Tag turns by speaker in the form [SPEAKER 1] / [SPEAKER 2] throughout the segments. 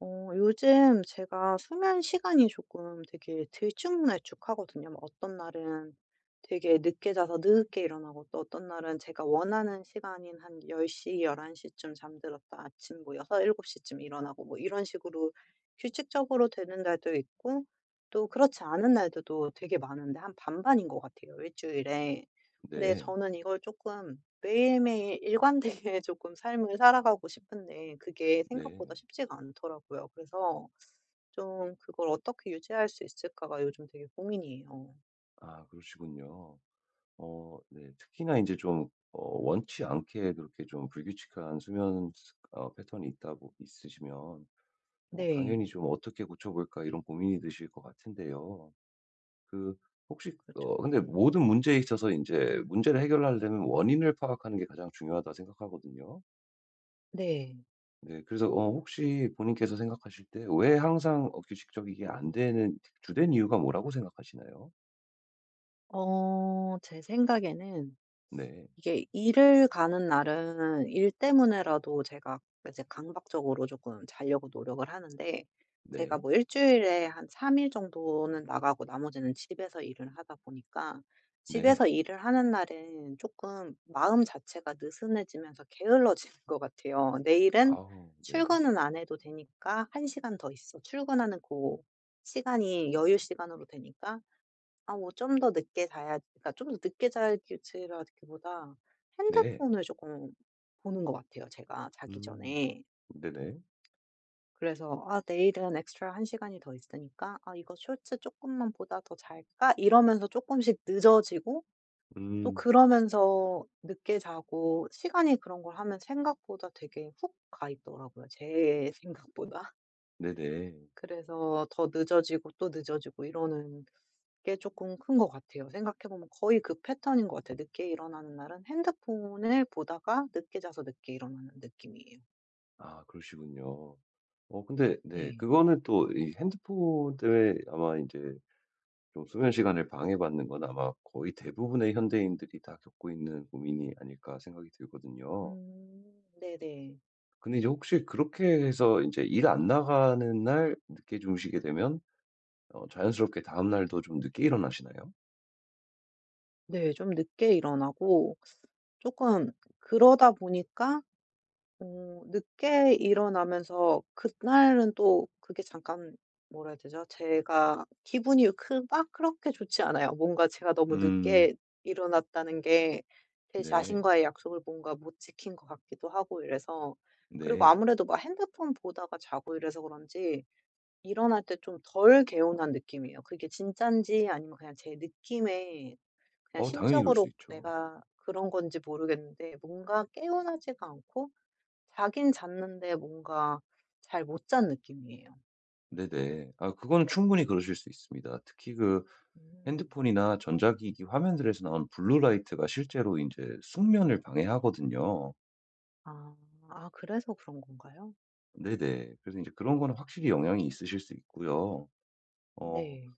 [SPEAKER 1] 요즘 제가 수면 시간이 조금 되게 들쭉날쭉하거든요. 뭐 어떤 날은 되게 늦게 자서 늦게 일어나고 또 어떤 날은 제가 원하는 시간인 한 10시, 11시쯤 잠들었다 아침 뭐 6, 7시쯤 일어나고 뭐 이런 식으로 규칙적으로 되는 날도 있고 또 그렇지 않은 날들도 되게 많은데 한 반반인 것 같아요. 일주일에. 근데
[SPEAKER 2] 네.
[SPEAKER 1] 저는 이걸 조금 매일매일 일관되게 조금 삶을 살아가고 싶은데 그게
[SPEAKER 2] 네.
[SPEAKER 1] 생각보다 쉽지가 않더라고요. 그래서 좀 그걸 어떻게 유지할 수 있을까가 요즘 되게 고민이에요.
[SPEAKER 2] 아 그러시군요. 네. 특히나 이제 좀 원치 않게 그렇게 좀 불규칙한 수면 습 어 패턴이 있다 보 있으시면
[SPEAKER 1] 네.
[SPEAKER 2] 당연히 좀 '어떻게 고쳐 볼까.' 이런 고민이 드실 것 같은데요. 그 혹시
[SPEAKER 1] 그렇죠.
[SPEAKER 2] 근데 모든 문제에 있어서 이제 문제를 해결하려면 원인을 파악하는 게 가장 중요하다 생각하거든요.
[SPEAKER 1] 네.
[SPEAKER 2] 네. 그래서 혹시 본인께서 생각하실 때 왜 항상 규칙적이게 안 되는 주된 이유가 뭐라고 생각하시나요?
[SPEAKER 1] 제 생각에는
[SPEAKER 2] 네.
[SPEAKER 1] 이게 일을 가는 날은 일 때문에라도 제가 이제 강박적으로 조금 자려고 노력을 하는데 제가
[SPEAKER 2] 네.
[SPEAKER 1] 뭐 일 주일에 한 3일 정도는 나가고 나머지는 집에서 일을 하다 보니까
[SPEAKER 2] 네.
[SPEAKER 1] 집에서 일을 하는 날은 조금 마음 자체가 느슨해지면서 게을러지는 것 같아요. 내일은
[SPEAKER 2] 아우 네.
[SPEAKER 1] 출근은 안 해도 되니까 한 시간 더 있어. 출근하는 그 시간이 여유 시간으로 되니까 아 뭐 좀 더 늦게 자야 그러니까 좀 더 늦게 자기보다
[SPEAKER 2] 네.
[SPEAKER 1] 핸드폰을 조금 보는 것 같아요 제가 자기
[SPEAKER 2] 음.
[SPEAKER 1] 전에.
[SPEAKER 2] 네네.
[SPEAKER 1] 그래서 '아 내일은 엑스트라 한 시간이 더 있으니까 아 이거 쇼츠 조금만 보다 더 잘까?' 이러면서 조금씩 늦어지고 또
[SPEAKER 2] 음.
[SPEAKER 1] 그러면서 늦게 자고 시간이 그런 걸 하면 생각보다 되게 훅 가 있더라고요 제 생각보다.
[SPEAKER 2] 네네.
[SPEAKER 1] 그래서 더 늦어지고 또 늦어지고 이러는 게 조금 큰 것 같아요. 생각해 보면 거의 그 패턴인 것 같아요. 늦게 일어나는 날은 핸드폰을 보다가 늦게 자서 늦게 일어나는 느낌이에요.
[SPEAKER 2] 아 그러시군요. 근데 네,
[SPEAKER 1] 네.
[SPEAKER 2] 그거는 또 이 핸드폰 때문에 아마 이제 좀 수면 시간을 방해받는 건 아마 거의 대부분의 현대인들이 다 겪고 있는 고민이 아닐까 생각이 들거든요.
[SPEAKER 1] 음. 네네.
[SPEAKER 2] 근데 이제 혹시 그렇게 해서 이제 일 안 나가는 날 늦게 주무시게 되면 자연스럽게 다음 날도 좀 늦게 일어나시나요?
[SPEAKER 1] 네. 좀 늦게 일어나고 조금 그러다 보니까 늦게 일어나면서 그날은 또 그게 잠깐 뭐라 해야 되죠? 제가 기분이 그 막 그렇게 좋지 않아요. 뭔가 제가 너무
[SPEAKER 2] 음.
[SPEAKER 1] 늦게 일어났다는 게 제
[SPEAKER 2] 네.
[SPEAKER 1] 자신과의 약속을 뭔가 못 지킨 것 같기도 하고 이래서 그리고
[SPEAKER 2] 네.
[SPEAKER 1] 아무래도 막 핸드폰 보다가 자고 이래서 그런지 일어날 때 좀 덜 개운한 느낌이에요. 그게 진짠지 아니면 그냥 제 느낌에 그냥
[SPEAKER 2] 당연히 그럴 수
[SPEAKER 1] 심적으로
[SPEAKER 2] 있죠.
[SPEAKER 1] 내가 그런 건지 모르겠는데 뭔가 개운하지가 않고 자긴 잤는데 뭔가 잘 못 잔 느낌이에요.
[SPEAKER 2] 네네. 아 그거는 충분히 그러실 수 있습니다. 특히 그
[SPEAKER 1] 음.
[SPEAKER 2] 핸드폰이나 전자기기 화면들에서 나오는 블루라이트가 실제로 이제 숙면을 방해하거든요.
[SPEAKER 1] 아. 아 그래서 그런 건가요?
[SPEAKER 2] 네네. 그래서 이제 그런 거는 확실히 영향이 있으실 수 있고요. 어
[SPEAKER 1] 네.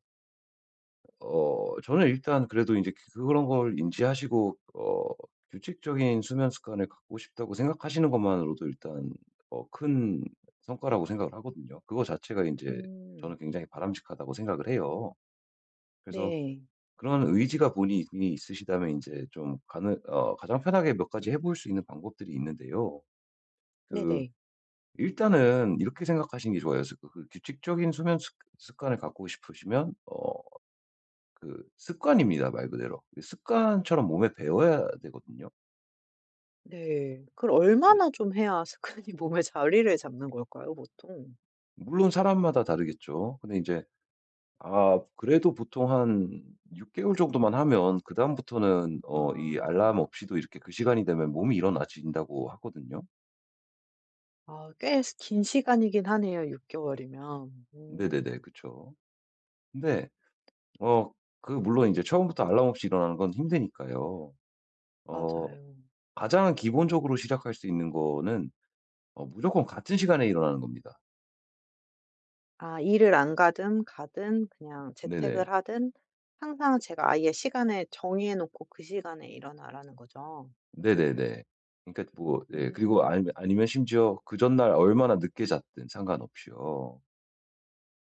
[SPEAKER 2] 저는 일단 그래도 이제 그런 걸 인지하시고 규칙적인 수면 습관을 갖고 싶다고 생각하시는 것만으로도 일단 큰 성과라고 생각을 하거든요. 그거 자체가 이제 저는
[SPEAKER 1] 음.
[SPEAKER 2] 굉장히 바람직하다고 생각을 해요. 그래서
[SPEAKER 1] 네.
[SPEAKER 2] 그런 의지가 본인이 있으시다면 이제 좀 가능 어 가장 편하게 몇 가지 해볼 수 있는 방법들이 있는데요. 그
[SPEAKER 1] 네네.
[SPEAKER 2] 일단은 이렇게 생각하시는 게 좋아요. 습 그 규칙적인 수면 습 습관을 갖고 싶으시면 그 습관입니다, 말 그대로. 그 습관처럼 몸에 배어야 되거든요.
[SPEAKER 1] 네. 그걸
[SPEAKER 2] 근데
[SPEAKER 1] 얼마나 좀 해야 습관이 몸에 자리를 잡는 걸까요, 보통?
[SPEAKER 2] 물론 사람마다 다르겠죠. 근데 이제 그래도 보통 한 6 개월 정도만 하면 그다음부터는 이 알람
[SPEAKER 1] 아.
[SPEAKER 2] 없이도 이렇게 그 시간이 되면 몸이 일어나진다고 하거든요.
[SPEAKER 1] 아 꽤 스 긴 시간이긴 하네요, 6 개월이면.
[SPEAKER 2] 네네네.
[SPEAKER 1] 음.
[SPEAKER 2] 그쵸. 근데 어 물론 이제 처음부터 알람 없이 일어나는 건 힘드니까요. 어
[SPEAKER 1] 맞아요.
[SPEAKER 2] 가장 기본적으로 시작할 수 있는 거는 무조건 같은 시간에 일어나는 겁니다.
[SPEAKER 1] 아 일을 안 가든 가든 그냥
[SPEAKER 2] 네네.
[SPEAKER 1] 재택을 하든 항상 제가 아예 시간을 정해 놓고 그 시간에 일어나라는 거죠?
[SPEAKER 2] 네네네. 그러니까 뭐 네 그리고
[SPEAKER 1] 음.
[SPEAKER 2] 아니면 심지어 그 전날 얼마나 늦게 잤든 상관없이요.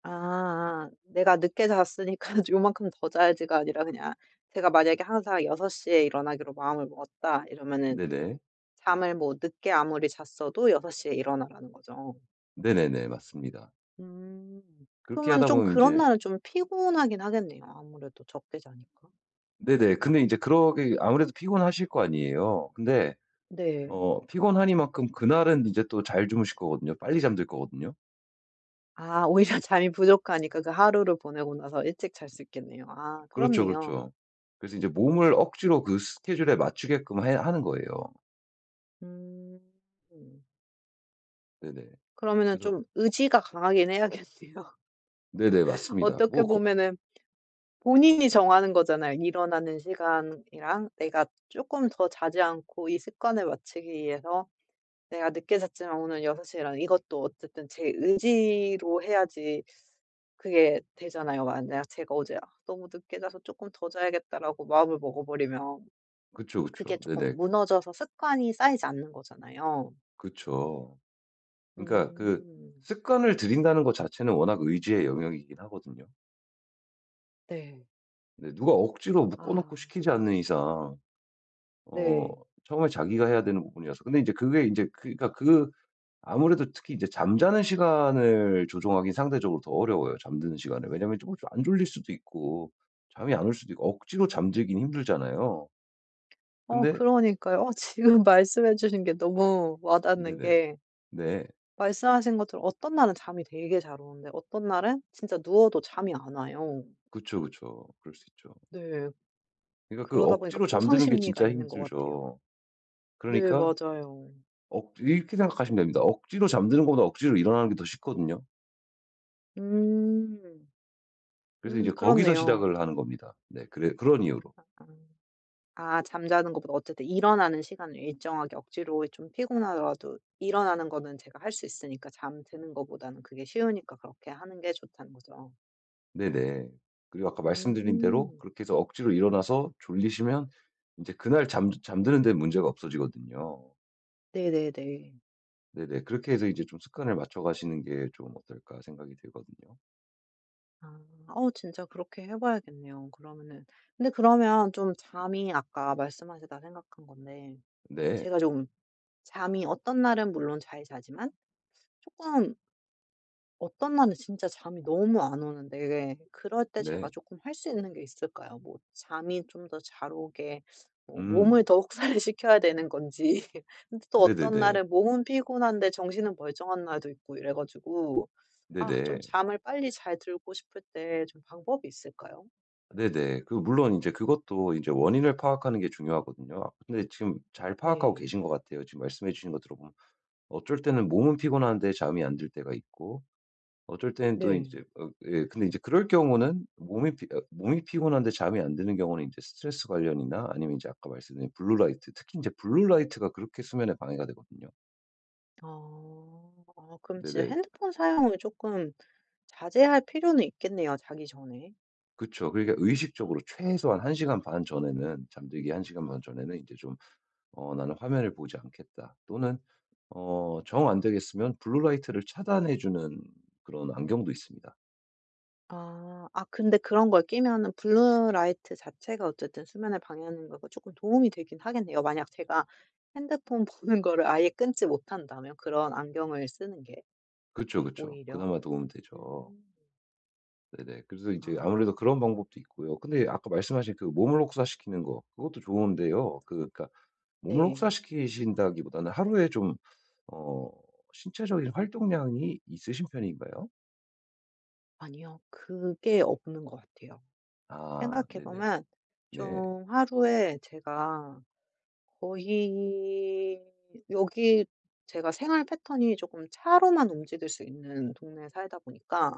[SPEAKER 1] 아. 아. 내가 늦게 잤으니까 요만큼 더 자야지가 아니라 그냥 제가 만약에 항상 6시에 일어나기로 마음을 먹었다 이러면은
[SPEAKER 2] 네네.
[SPEAKER 1] 잠을 뭐 늦게 아무리 잤어도 6시에 일어나라는 거죠.
[SPEAKER 2] 네네네. 맞습니다.
[SPEAKER 1] 음.
[SPEAKER 2] 그렇게
[SPEAKER 1] 그러면
[SPEAKER 2] 하다
[SPEAKER 1] 좀
[SPEAKER 2] 보면 이
[SPEAKER 1] 그런
[SPEAKER 2] 제
[SPEAKER 1] 날은 좀 피곤하긴 하겠네요, 아무래도 적게 자니까.
[SPEAKER 2] 네네. 근데 이제 그러게 아무래도 피곤하실 거 아니에요. 근데
[SPEAKER 1] 네.
[SPEAKER 2] 피곤하니만큼 그날은 이제 또 잘 주무실 거거든요. 빨리 잠들 거거든요.
[SPEAKER 1] 아 오히려 잠이 부족하니까 그 하루를 보내고 나서 일찍 잘 수 있겠네요. 아
[SPEAKER 2] 그렇죠,
[SPEAKER 1] 그렇네요.
[SPEAKER 2] 그렇죠. 그래서 이제 몸을 억지로 그 스케줄에 맞추게끔 해 하는 거예요.
[SPEAKER 1] 음.
[SPEAKER 2] 네네.
[SPEAKER 1] 그러면은
[SPEAKER 2] 그래서
[SPEAKER 1] 좀 의지가 강하긴 해야겠네요.
[SPEAKER 2] 네네 맞습니다.
[SPEAKER 1] 어떻게
[SPEAKER 2] 뭐 거
[SPEAKER 1] 보면은 본인이 정하는 거잖아요. 일어나는 시간이랑 내가 조금 더 자지 않고 이 습관을 맞추기 위해서 내가 늦게 잤지만 오늘 6 시에 일어나 이것도 어쨌든 제 의지로 해야지 그게 되잖아요. 만약 제가 어제 '아 너무 늦게 자서 쪼끔 더 자야겠다.'라고 마음을 먹어 버리면
[SPEAKER 2] 그쵸,
[SPEAKER 1] 그게
[SPEAKER 2] 그쵸.
[SPEAKER 1] 쪼끔
[SPEAKER 2] 네네.
[SPEAKER 1] 무너져서 습관이 쌓이지 않는 거잖아요.
[SPEAKER 2] 그쵸. 그러니까 그
[SPEAKER 1] 음.
[SPEAKER 2] 습관을 들인다는 것 자체는 워낙 의지의 영역이긴 하거든요.
[SPEAKER 1] 네.
[SPEAKER 2] 네 누가 억지로 묶어 놓고
[SPEAKER 1] 아
[SPEAKER 2] 시키지 않는 이상 어
[SPEAKER 1] 네.
[SPEAKER 2] 처음에 자기가 해야 되는 부분이라서 근데 이제 그게 이제그니까그 아무래도 특히 이제 잠자는 시간을 조종하기 상대적으로 더 어려워요, 잠드는 시간을. 왜냐면 좀 안 졸릴 수도 있고 잠이 안 올 수도 있고 억지로 잠들긴 힘들잖아요. 근데
[SPEAKER 1] 그러니까요. 지금 말씀해 주신 게 너무 와 닿는
[SPEAKER 2] 네네.
[SPEAKER 1] 게
[SPEAKER 2] 네.
[SPEAKER 1] 말씀하신 것처럼 어떤 날은 잠이 되게 잘 오는데 어떤 날은 진짜 누워도 잠이 안 와요.
[SPEAKER 2] 그쵸, 그쵸. 그럴 수 있죠.
[SPEAKER 1] 네.
[SPEAKER 2] 그러니까 그
[SPEAKER 1] 그러다 보니까
[SPEAKER 2] 억지로
[SPEAKER 1] 보상
[SPEAKER 2] 잠드는 게
[SPEAKER 1] 심리가
[SPEAKER 2] 진짜
[SPEAKER 1] 있는 것 같아요.
[SPEAKER 2] 힘들죠.
[SPEAKER 1] 네
[SPEAKER 2] 그러니까
[SPEAKER 1] 맞아요.
[SPEAKER 2] 억 이렇게 생각하시면 됩니다. 억지로 잠드는 것보다 억지로 일어나는 게 더 쉽거든요.
[SPEAKER 1] 음.
[SPEAKER 2] 그래서 이제 거기서
[SPEAKER 1] 그렇네요.
[SPEAKER 2] 시작을 하는 겁니다. 네. 그래, 그런 이유로.
[SPEAKER 1] 아. 아 잠자는 것보다 어쨌든 일어나는 시간을 일정하게 억지로 좀 피곤하더라도 일어나는 거는 제가 할 수 있으니까 잠드는 것보다는 그게 쉬우니까 그렇게 하는 게 좋다는 거죠.
[SPEAKER 2] 네네. 그리고 아까 말씀드린 대로
[SPEAKER 1] 음.
[SPEAKER 2] 그렇게 해서 억지로 일어나서 졸리시면 이제 그날 잠 잠드는 데 문제가 없어지거든요.
[SPEAKER 1] 네네네.
[SPEAKER 2] 네네. 그렇게 해서 이제 좀 습관을 맞춰 가시는 게 좀 어떨까 생각이 들거든요.
[SPEAKER 1] 아. 진짜 그렇게 해 봐야겠네요 그러면은. 근데 그러면 좀 잠이 아까 말씀하시다 생각한 건데
[SPEAKER 2] 네.
[SPEAKER 1] 제가 좀 잠이 어떤 날은 물론 잘 자지만 조금 어떤 날은 진짜 잠이 너무 안 오는데 그럴 때 제가
[SPEAKER 2] 네.
[SPEAKER 1] 조금 할 수 있는 게 있을까요? 뭐 잠이 좀 더 잘 오게 뭐
[SPEAKER 2] 음.
[SPEAKER 1] 몸을 더 혹사시켜야 를 되는 건지 근데 또 어떤
[SPEAKER 2] 네네네.
[SPEAKER 1] 날은 몸은 피곤한데 정신은 멀쩡한 날도 있고 이래 가지고 아 좀
[SPEAKER 2] 네네.
[SPEAKER 1] 잠을 빨리 잘 들고 싶을 때 좀 방법이 있을까요?
[SPEAKER 2] 네네. 물론 이제 그것도 이제 원인을 파악하는 게 중요하거든요. 아 근데 지금 잘 파악하고
[SPEAKER 1] 네.
[SPEAKER 2] 계신 것 같아요. 지금 말씀해 주신 거 들어보면 어쩔 때는 몸은 피곤한데 잠이 안 들 때가 있고 어쩔 때는 또 이
[SPEAKER 1] 네.
[SPEAKER 2] 제 근데 이제 그럴 경우는 몸이 피 어 몸이 피곤한데 잠이 안 드는 경우는 이제 스트레스 관련이나 아니면 이제 아까 말씀드린 블루 라이트, 특히 인제 블루 라이트가 그렇게 수면에 방해가 되거든요.
[SPEAKER 1] 아. 아 그럼 진짜
[SPEAKER 2] 네네.
[SPEAKER 1] 핸드폰 사용을 조금 자제할 필요는 있겠네요, 자기 전에.
[SPEAKER 2] 그쵸. 그러니까 의식적으로 최소한 1 시간 반 전에는, 잠들기 1 시간 반 전에는 인제 좀 '어 나는 화면을 보지 않겠다.' 또는 정 안 되겠으면 블루 라이트를 차단해 주는 그런 안경도 있습니다.
[SPEAKER 1] 아. 아 근데 그런 걸 끼면은 블루라이트 자체가 어쨌든 수면을 방해하는 거고 조금 도움이 되긴 하겠네요. 만약 제가 핸드폰 보는 거를 아예 끊지 못한다면 그런 안경을 쓰는 게
[SPEAKER 2] 그쵸, 그쵸.
[SPEAKER 1] 오히려.
[SPEAKER 2] 그나마 도움이 되죠.
[SPEAKER 1] 음.
[SPEAKER 2] 네네. 그래서 이제
[SPEAKER 1] 아.
[SPEAKER 2] 아무래도 그런 방법도 있고요. 근데 아까 말씀하신 그 몸을 혹사시키는 거 그것도 좋은데요. 그러니까 몸을
[SPEAKER 1] 네.
[SPEAKER 2] 혹사시키신다기보다는 하루에 좀 어 신체적인 활동량이 있으신 편인가요?
[SPEAKER 1] 아니요. 그게 없는 것 같아요.
[SPEAKER 2] 아
[SPEAKER 1] 생각해
[SPEAKER 2] 네네.
[SPEAKER 1] 보면
[SPEAKER 2] 네.
[SPEAKER 1] 좀 하루에 제가 거의 여기 제가 생활 패턴이 조금 차로만 움직일 수 있는 동네에 살다 보니까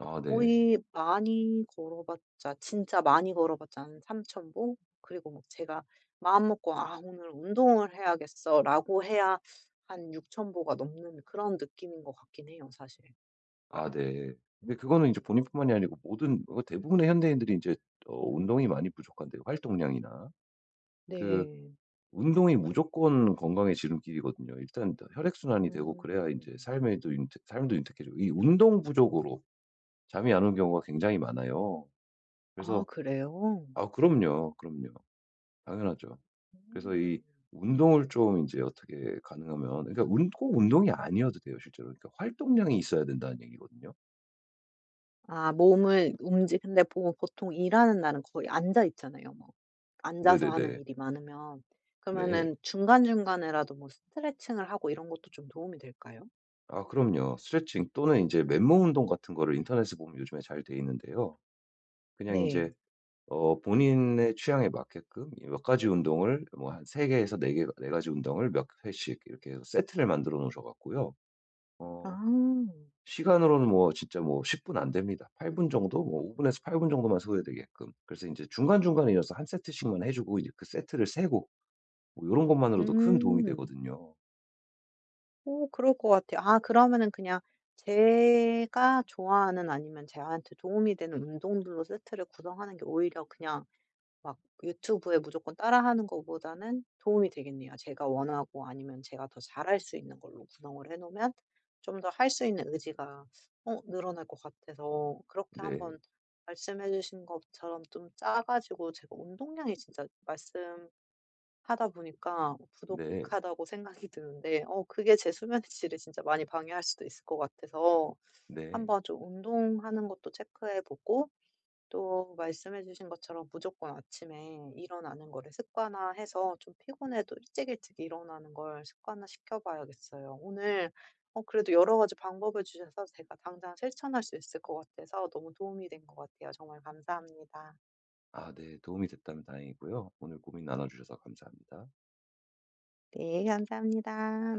[SPEAKER 2] 아 네.
[SPEAKER 1] 거의 많이 걸어봤자 진짜 많이 걸어봤자 한3천 보? 그리고 막 제가 마음 먹고 '아 오늘 운동을 해야겠어.'라고 해야 한6천 보가 넘는 그런 느낌인 것 같긴 해요 사실.
[SPEAKER 2] 아 네. 근데 그거는 이제 본인뿐만이 아니고 모든 대부분의 현대인들이 이제 운동이 많이 부족한데요, 활동량이나. 그
[SPEAKER 1] 네.
[SPEAKER 2] 운동이 무조건 건강의 지름길이거든요. 일단 혈액순환이 되고 그래야 이제
[SPEAKER 1] 음.
[SPEAKER 2] 삶에도 윤택 삶도 윤택해져요. 이 운동 부족으로 잠이 안 오는 경우가 굉장히 많아요.
[SPEAKER 1] 아
[SPEAKER 2] 그래서
[SPEAKER 1] 그래요?
[SPEAKER 2] 아 그럼요, 그럼요. 당연하죠. 그래서
[SPEAKER 1] 음.
[SPEAKER 2] 이 운동을 좀 이제 어떻게 가능하면 그러니까 운 꼭 운동이 아니어도 돼요, 실제로. 그러니까 활동량이 있어야 된다는 얘기거든요.
[SPEAKER 1] 아 몸을 움직 근데 보 보통 일하는 날은 거의 앉아 있잖아요 뭐. 앉아서 하는
[SPEAKER 2] 네네네.
[SPEAKER 1] 일이 많으면.
[SPEAKER 2] 네.
[SPEAKER 1] 그러면은 중간중간에라도 뭐 스트레칭을 하고 이런 것도 좀 도움이 될까요?
[SPEAKER 2] 아 그럼요. 스트레칭 또는 이제 맨몸
[SPEAKER 1] 음.
[SPEAKER 2] 운동 같은 거를 인터넷에 보면 요즘에 잘 돼 있는데요. 그냥 이제
[SPEAKER 1] 네.
[SPEAKER 2] 본인의 취향에 맞게끔 이몇 가지 운동을 뭐 한 3 개에서 4개네 가지 운동을 몇 회씩 이렇게 해서 세트를 만들어 놓으셔 갖고요.
[SPEAKER 1] 아.
[SPEAKER 2] 어 시간으로는 뭐 진짜 뭐 10분 안 됩니다. 8분 정도, 뭐 5 분에서 8분 정도만 소요되게끔. 그래서 이제 중간중간에 이어서 한 세트씩만 해 주고 이제 그 세트를 세고 뭐런 것만으로도 큰 도움이
[SPEAKER 1] 음.
[SPEAKER 2] 되거든요.
[SPEAKER 1] 오 그럴 것 같아요. 아 그러면은 그냥 제가 좋아하는 아니면 가한테 도움이 되는 운동들로 세트를 구성하는 게 오히려 그냥 막 유튜브에 무조건 따라하는 것보다는 도움이 되겠네요. 제가 원하고 아니면 제가 더 잘할 수 있는 걸로 구성을 해 놓으면 좀 더 할 수 있는 의지가 늘어날 것 같아서 그렇게
[SPEAKER 2] 네.
[SPEAKER 1] 한번 말씀해 주신 것처럼 좀 짜 가지고 제가 운동량이 진짜 말씀하다 보니까
[SPEAKER 2] 네.
[SPEAKER 1] 부족하다고 생각이 드는데 그게 제 수면의 질을 진짜 많이 방해할 수도 있을 것 같아서
[SPEAKER 2] 네.
[SPEAKER 1] 한번 좀 운동하는 것도 체크해 보고 또 말씀해 주신 것처럼 무조건 아침에 일어나는 거를 습관화해서 좀 피곤해도 일찍 일찍 일어나는 걸 습관화시켜 봐야겠어요. 오늘 그래도 여러 가지 방법을 주셔서 제가 당장 실천할 수 있을 것 같아서 너무 도움이 된 것 같아요. 정말 감사합니다.
[SPEAKER 2] 아 네. 도움이 됐다면 다행이고요. 오늘 고민 나눠 주셔서 감사합니다.
[SPEAKER 1] 네, 감사합니다.